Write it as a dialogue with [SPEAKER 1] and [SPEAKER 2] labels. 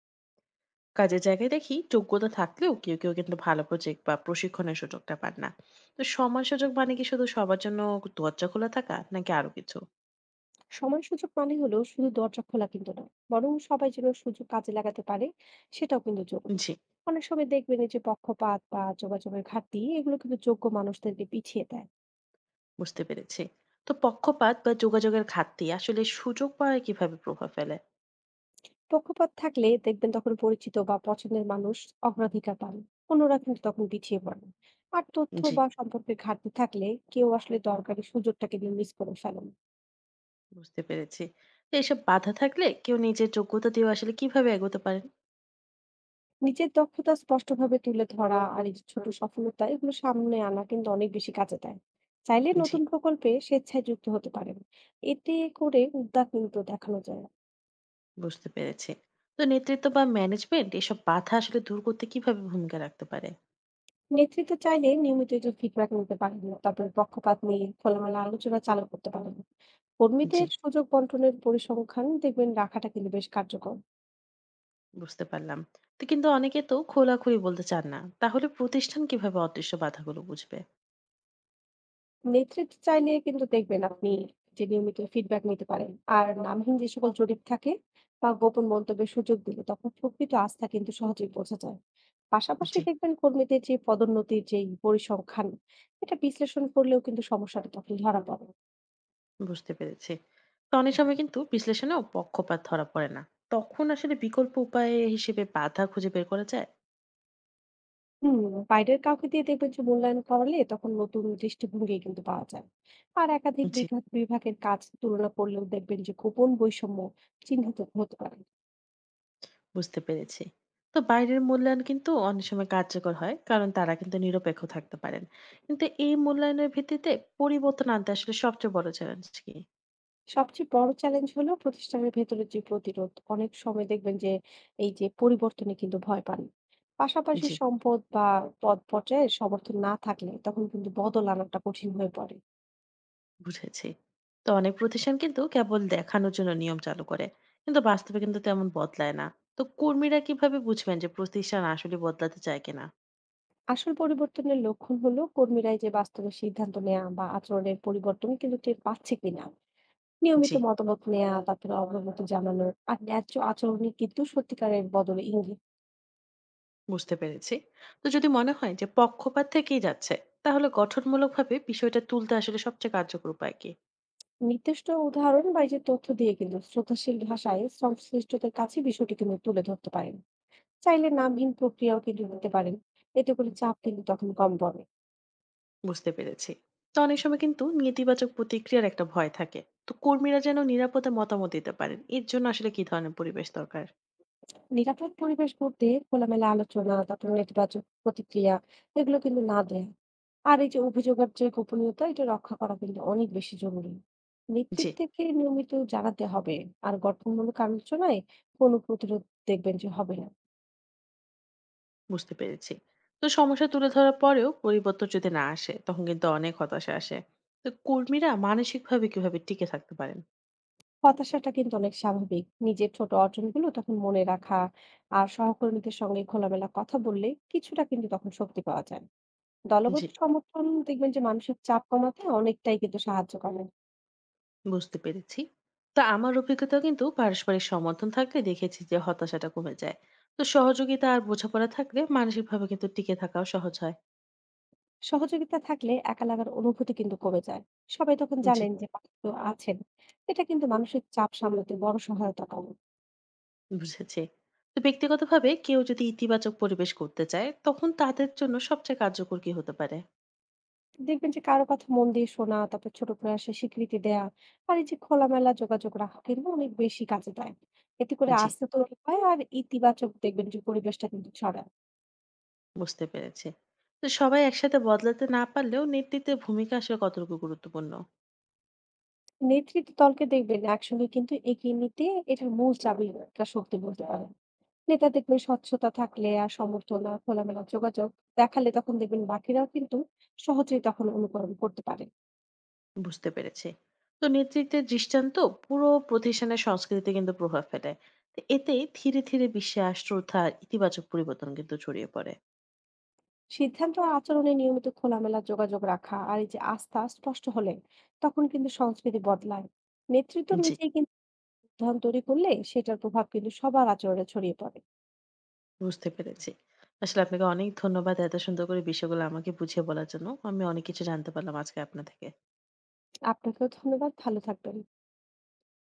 [SPEAKER 1] কাজের জায়গায় দেখি যোগ্যতা থাকলেও কেউ কেউ কিন্তু ভালো প্রজেক্ট বা প্রশিক্ষণের সুযোগটা পান না। তো সমান সুযোগ মানে কি শুধু সবার জন্য দরজা খোলা থাকা নাকি আরো কিছু?
[SPEAKER 2] সময় সুযোগ মানে হলো শুধু দরজা খোলা কিন্তু না, বরং সবাই যেন সুযোগ কাজে লাগাতে পারে সেটাও কিন্তু জরুরি।
[SPEAKER 1] জি।
[SPEAKER 2] অনেক সময় দেখবেন এই যে পক্ষপাত বা যোগাযোগের ঘাটতি এগুলো কিন্তু যোগ্য মানুষদেরকে পিছিয়ে দেয়।
[SPEAKER 1] বুঝতে পেরেছি। তো পক্ষপাত বা যোগাযোগের ঘাটতি আসলে সুযোগ পাওয়ায় কিভাবে প্রভাব ফেলে?
[SPEAKER 2] পক্ষপাত থাকলে দেখবেন তখন পরিচিত বা পছন্দের মানুষ অগ্রাধিকার পান, অন্যরা কিন্তু তখন পিছিয়ে পড়েন। আর তথ্য
[SPEAKER 1] জি।
[SPEAKER 2] বা সম্পর্কের ঘাটতি থাকলে কেউ আসলে দরকারি সুযোগটা কিন্তু মিস করে ফেলেন।
[SPEAKER 1] বুঝতে পেরেছি। তো এসব বাধা থাকলে কেউ নিজের যোগ্যতা দিয়ে আসলে কিভাবে এগোতে পারেন?
[SPEAKER 2] নিজের দক্ষতা স্পষ্টভাবে তুলে ধরা আর এই যে ছোট সফলতা এগুলো সামনে আনা কিন্তু অনেক বেশি কাজে দেয়। চাইলে
[SPEAKER 1] জি।
[SPEAKER 2] নতুন প্রকল্পে স্বেচ্ছায় যুক্ত হতে পারেন, এতে করে উদ্যোগ কিন্তু দেখানো যায়।
[SPEAKER 1] বুঝতে পেরেছি। তো নেতৃত্ব বা ম্যানেজমেন্ট এসব বাধা আসলে দূর করতে কিভাবে ভূমিকা রাখতে পারে?
[SPEAKER 2] নেতৃত্ব চাইলে নিয়মিত যে ফিডব্যাক নিতে পারেন, তারপরে পক্ষপাত নিয়ে খোলামেলা আলোচনা চালু করতে পারেন।
[SPEAKER 1] জি।
[SPEAKER 2] কর্মীদের সুযোগ বন্টনের পরিসংখ্যান দেখবেন রাখাটা কিন্তু বেশ কার্যকর।
[SPEAKER 1] বুঝতে পারলাম। তো কিন্তু অনেকে তো খোলাখুলি বলতে চান না। তাহলে প্রতিষ্ঠান কিভাবে অদৃশ্য বাধাগুলো বুঝবে?
[SPEAKER 2] নেতৃত্ব চাইলে কিন্তু দেখবেন আপনি যে নিয়মিত ফিডব্যাক নিতে পারেন, আর নামহীন যে সকল জরিপ থাকে বা গোপন মন্তব্যের সুযোগ দিলে তখন প্রকৃত আস্থা কিন্তু সহজেই বোঝা যায়। পাশাপাশি
[SPEAKER 1] জি।
[SPEAKER 2] দেখবেন কর্মীদের যে পদোন্নতির যে পরিসংখ্যান এটা বিশ্লেষণ করলেও কিন্তু সমস্যাটা তখন ধরা পড়ে।
[SPEAKER 1] বুঝতে পেরেছি। তো অনেক সময় কিন্তু বিশ্লেষণেও পক্ষপাত ধরা পড়ে না। তখন আসলে বিকল্প উপায় হিসেবে বাধা খুঁজে বের করা যায়?
[SPEAKER 2] হুম, বাইরের কাউকে দিয়ে দেখবেন যে মূল্যায়ন করালে তখন নতুন দৃষ্টিভঙ্গি কিন্তু পাওয়া যায়। আর একাধিক
[SPEAKER 1] জি।
[SPEAKER 2] বিভাগের কাজ তুলনা করলেও দেখবেন যে গোপন বৈষম্য চিহ্নিত হতে পারে।
[SPEAKER 1] বুঝতে পেরেছি। তো বাইরের মূল্যায়ন কিন্তু অনেক সময় কার্যকর হয়। কারণ তারা কিন্তু নিরপেক্ষ থাকতে পারেন। কিন্তু এই মূল্যায়নের ভিত্তিতে পরিবর্তন আনতে আসলে সবচেয়ে বড় চ্যালেঞ্জ কি?
[SPEAKER 2] সবচেয়ে বড় চ্যালেঞ্জ হলো প্রতিষ্ঠানের ভেতরে যে প্রতিরোধ, অনেক সময় দেখবেন যে এই যে পরিবর্তনে কিন্তু ভয় পান। পাশাপাশি
[SPEAKER 1] জি।
[SPEAKER 2] সম্পদ বা পদ পর্যায়ে সমর্থন না থাকলে তখন কিন্তু বদল আনাটা কঠিন হয়ে পড়ে।
[SPEAKER 1] বুঝেছি। তো অনেক প্রতিষ্ঠান কিন্তু কেবল দেখানোর জন্য নিয়ম চালু করে। কিন্তু বাস্তবে কিন্তু তেমন বদলায় না। তো কর্মীরা কিভাবে বুঝবেন যে প্রতিষ্ঠান আসলে বদলাতে চায় কিনা?
[SPEAKER 2] আসল পরিবর্তনের লক্ষণ হলো কর্মীরাই যে বাস্তবে সিদ্ধান্ত নেওয়া বা আচরণের পরিবর্তন কিন্তু টের পাচ্ছে কিনা। নিয়মিত
[SPEAKER 1] জি,
[SPEAKER 2] মতামত নেওয়া, তারপরে অগ্রগতি জানানো আর ন্যায্য আচরণই কিন্তু সত্যিকারের বদলে ইঙ্গিত।
[SPEAKER 1] বুঝতে পেরেছি। তো যদি মনে হয় যে পক্ষপাত থেকেই যাচ্ছে, তাহলে গঠনমূলকভাবে বিষয়টা তুলতে আসলে সবচেয়ে কার্যকর উপায় কি?
[SPEAKER 2] নির্দিষ্ট উদাহরণ বা এই যে তথ্য দিয়ে কিন্তু শ্রদ্ধাশীল ভাষায় সংশ্লিষ্টদের কাছে বিষয়টি কিন্তু তুলে ধরতে পারেন। চাইলে নামহীন প্রক্রিয়াও কিন্তু নিতে পারেন, এতে করে চাপ কিন্তু তখন কম পড়ে।
[SPEAKER 1] বুঝতে পেরেছি। তো অনেক সময় কিন্তু নেতিবাচক প্রতিক্রিয়ার একটা ভয় থাকে। তো কর্মীরা যেন নিরাপদে মতামত দিতে পারেন, এর জন্য আসলে কি ধরনের পরিবেশ দরকার?
[SPEAKER 2] নিরাপদ পরিবেশ করতে খোলামেলা আলোচনা, তারপর নেতিবাচক প্রতিক্রিয়া এগুলো কিন্তু না দেয়। আর এই যে অভিযোগের যে গোপনীয়তা এটা রক্ষা করা কিন্তু অনেক বেশি জরুরি।
[SPEAKER 1] জি।
[SPEAKER 2] নেতৃত্বকে নিয়মিত জানাতে হবে আর গঠনমূলক আলোচনায় কোনো প্রতিরোধ দেখবেন যে হবে না।
[SPEAKER 1] বুঝতে পেরেছি। তো সমস্যা তুলে ধরার পরেও পরিবর্তন যদি না আসে তখন কিন্তু অনেক হতাশা আসে। তো কর্মীরা মানসিকভাবে কিভাবে টিকে থাকতে পারেন?
[SPEAKER 2] হতাশাটা কিন্তু অনেক স্বাভাবিক। নিজের ছোট অর্জনগুলো তখন মনে রাখা আর সহকর্মীদের সঙ্গে খোলামেলা কথা বললে কিছুটা কিন্তু তখন শক্তি পাওয়া যায়।
[SPEAKER 1] জি।
[SPEAKER 2] দলগত সমর্থন দেখবেন যে মানসিক চাপ কমাতে অনেকটাই কিন্তু সাহায্য করে।
[SPEAKER 1] বুঝতে পেরেছি। তো আমার অভিজ্ঞতা কিন্তু পারস্পরিক সমর্থন থাকলে দেখেছি যে হতাশাটা কমে যায়। তো সহযোগিতা আর বোঝাপড়া থাকলে মানসিকভাবে কিন্তু টিকে থাকাও সহজ হয়।
[SPEAKER 2] সহযোগিতা থাকলে একা লাগার অনুভূতি কিন্তু কমে যায়। সবাই তখন
[SPEAKER 1] জি।
[SPEAKER 2] জানেন যে পাশে কেউ আছেন। এটা কিন্তু মানসিক চাপ সামলাতে বড় সহায়তা করে।
[SPEAKER 1] বুঝেছি। তো ব্যক্তিগতভাবে কেউ যদি ইতিবাচক পরিবেশ করতে চায় তখন তাদের জন্য সবচেয়ে কার্যকর কি হতে পারে?
[SPEAKER 2] দেখবেন যে কারো কথা মন দিয়ে শোনা, তারপর ছোট প্রয়াসে স্বীকৃতি দেয়া আর এই যে খোলামেলা যোগাযোগ রাখা কিন্তু অনেক বেশি কাজে দেয়। এতে করে
[SPEAKER 1] জি।
[SPEAKER 2] আস্থা তৈরি হয় আর ইতিবাচক দেখবেন যে পরিবেশটা কিন্তু ছড়ায়।
[SPEAKER 1] বুঝতে পেরেছি। তো সবাই একসাথে বদলাতে না পারলেও নেতৃত্বের ভূমিকা আসলে কতটুকু গুরুত্বপূর্ণ?
[SPEAKER 2] নেতৃত্ব দলকে দেখবেন একসঙ্গে কিন্তু এগিয়ে নিতে এটার মূল চাবি একটা শক্তি বলতে পারেন। নেতা দেখবেন স্বচ্ছতা থাকলে আর সমর্থন আর খোলামেলা যোগাযোগ দেখালে তখন দেখবেন বাকিরাও কিন্তু সহজেই তখন অনুকরণ করতে পারে।
[SPEAKER 1] বুঝতে পেরেছি। তো নেতৃত্বের দৃষ্টান্ত পুরো প্রতিষ্ঠানের সংস্কৃতিতে কিন্তু প্রভাব ফেলে। তো এতে ধীরে, ধীরে বিশ্বাস, শ্রদ্ধা আর ইতিবাচক পরিবর্তন কিন্তু ছড়িয়ে পড়ে।
[SPEAKER 2] সিদ্ধান্ত আর আচরণে নিয়মিত খোলামেলা যোগাযোগ রাখা আর এই যে আস্থা স্পষ্ট হলে তখন কিন্তু সংস্কৃতি বদলায়। নেতৃত্ব
[SPEAKER 1] জি,
[SPEAKER 2] নিজেই কিন্তু উদাহরণ তৈরি করলে সেটার প্রভাব কিন্তু সবার আচরণে ছড়িয়ে পড়ে।
[SPEAKER 1] বুঝতে পেরেছি। আসলে আপনাকে অনেক ধন্যবাদ এত সুন্দর করে বিষয়গুলো আমাকে বুঝিয়ে বলার জন্য। আমি অনেক কিছু জানতে পারলাম আজকে আপনা থেকে।
[SPEAKER 2] আপনাকেও ধন্যবাদ, ভালো থাকবেন।